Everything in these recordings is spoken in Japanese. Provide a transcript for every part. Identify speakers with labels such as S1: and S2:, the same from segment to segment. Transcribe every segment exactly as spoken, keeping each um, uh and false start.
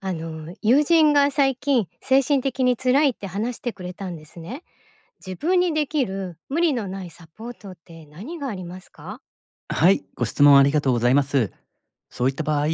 S1: あの友人が最近精神的に辛いって話してくれたんですね。自分にできる無理のないサポートって何がありますか？
S2: はい、ご質問ありがとうございます。そういった場合、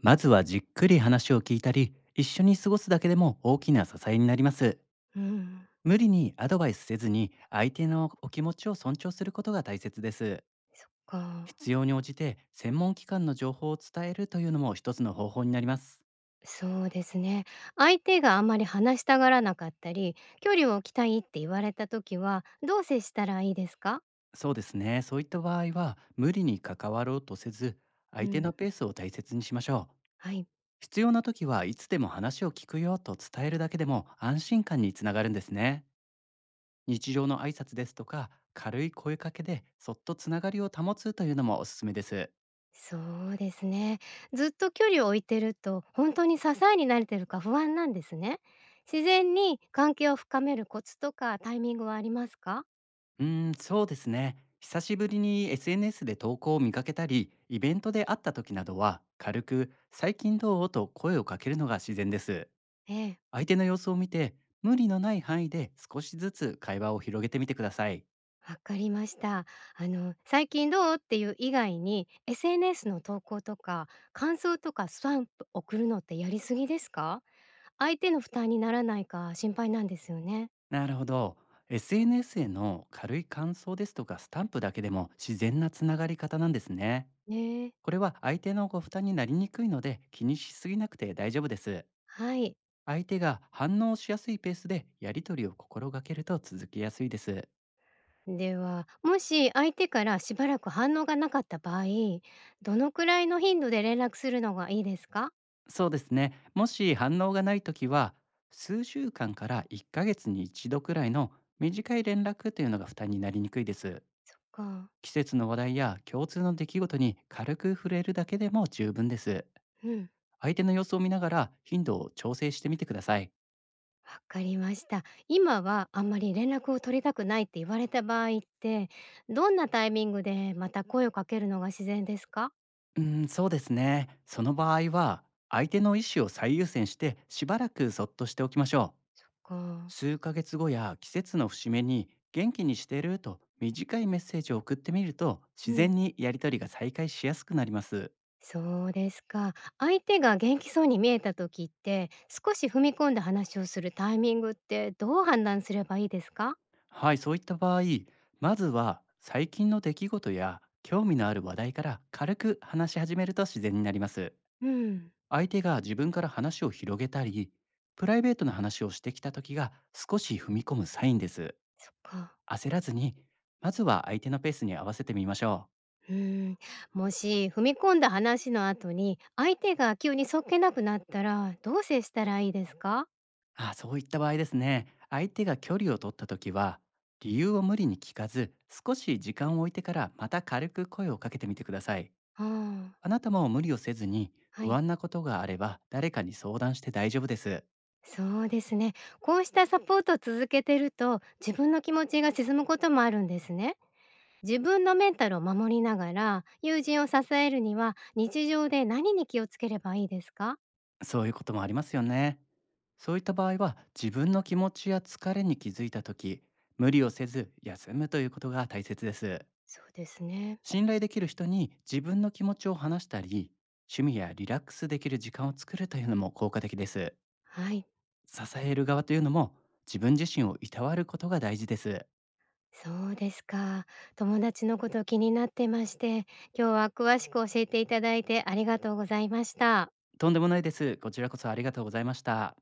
S2: まずはじっくり話を聞いたり、一緒に過ごすだけでも大きな支えになります。
S1: うん。
S2: 無理にアドバイスせずに、相手のお気持ちを尊重することが大切です。
S1: そっか。
S2: 必要に応じて専門機関の情報を伝えるというのも一つの方法になります。
S1: そうですね。相手があまり話したがらなかったり、距離を置きたいって言われた時はどう接したらいいですか？
S2: そうですね、そういった場合は、無理に関わろうとせず、
S1: う
S2: 相手の
S1: ん。
S2: ペースを大切にしましょう。
S1: はい。
S2: 必要な時はいつでも話を聞くよと伝えるだけでも安心感につながるんですね。日常の挨拶ですとか軽い声かけでそっとつながりを保つというのもおすすめです。
S1: そうですね。ずっと距離を置いてると、本当に支えになれてるか不安なんですね。自然に関係を深めるコツとかタイミングはありますか？
S2: うーん、そうですね。久しぶりに エスエヌエス で投稿を見かけたりイベントで会った時などは軽く「最近どう?」と声をかけるのが自然です。
S1: ええ。
S2: 相手の様子を見て無理のない範囲で少しずつ会話を広げてみてください。
S1: わかりました。あの、「最近どう？」っていう以外に、エスエヌエス の投稿とか、感想とかスタンプ送るのってやりすぎですか？相手の負担にならないか心配なんですよね。
S2: なるほど。 エスエヌエス への軽い感想ですとかスタンプだけでも自然なつながり方なんですね。
S1: ねえ。
S2: これは相手のご負担になりにくいので気にしすぎなくて大丈夫です。
S1: はい。
S2: 相手が反応しやすいペースでやり取りを心がけると続きやすいです。
S1: では、もし相手からしばらく反応がなかった場合、どのくらいの頻度で連絡するのがいいですか？
S2: そうですね。もし反応がないときは、数週間からいっかげつにいちどくらいの短い連絡というのが負担になりにくいです。
S1: そっか。
S2: 季節の話題や共通の出来事に軽く触れるだけでも十分です。
S1: うん。
S2: 相手の様子を見ながら頻度を調整してみてください。
S1: わかりました。今はあんまり連絡を取りたくないって言われた場合って、どんなタイミングでまた声をかけるのが自然ですか？
S2: うーん、そうですね。その場合は、相手の意思を最優先してしばらくそっとしておきましょう。
S1: そっか。
S2: 数ヶ月後や季節の節目に元気にしてると短いメッセージを送ってみると
S1: う
S2: 自然
S1: ん。
S2: にやり取りが再開しやすくなります。
S1: そうですか。相手が元気そうに見えた時って、少し踏み込んだ話をするタイミングってどう判断すればいいですか？
S2: はい、そういった場合、まずは最近の出来事や興味のある話題から軽く話し始めると自然になります。
S1: うん。
S2: 相手が自分から話を広げたり、プライベートな話をしてきた時が少し踏み込むサインです。
S1: そっか。
S2: 焦らずに、まずは相手のペースに合わせてみましょう。
S1: うーん、もし踏み込んだ話の後に相手が急にそっけなくなったらどう接したらいいですか？
S2: あ、そういった場合ですね。相手が距離を取った時は、理由を無理に聞かず、少し時間を置いてからまた軽く声をかけてみてください。
S1: ああ。
S2: あなたも無理をせずに、
S1: は
S2: 不
S1: い。
S2: 安なことがあれば誰かに相談して大丈夫です。
S1: そうですね。こうしたサポートを続けてると自分の気持ちが沈むこともあるんですね。自分のメンタルを守りながら友人を支えるには日常で何に気をつければいいですか？
S2: そういうこともありますよね。そういった場合は、自分の気持ちや疲れに気づいた時、無理をせず休むということが大切です。
S1: そうですね。
S2: 信頼できる人に自分の気持ちを話したり、趣味やリラックスできる時間を作るというのも効果的です。
S1: はい。
S2: 支える側というのも、自分自身をいたわることが大事です。
S1: そうですか。友達のこと気になってまして、今日は詳しく教えていただいてありがとうございました。
S2: とんでもないです。こちらこそありがとうございました。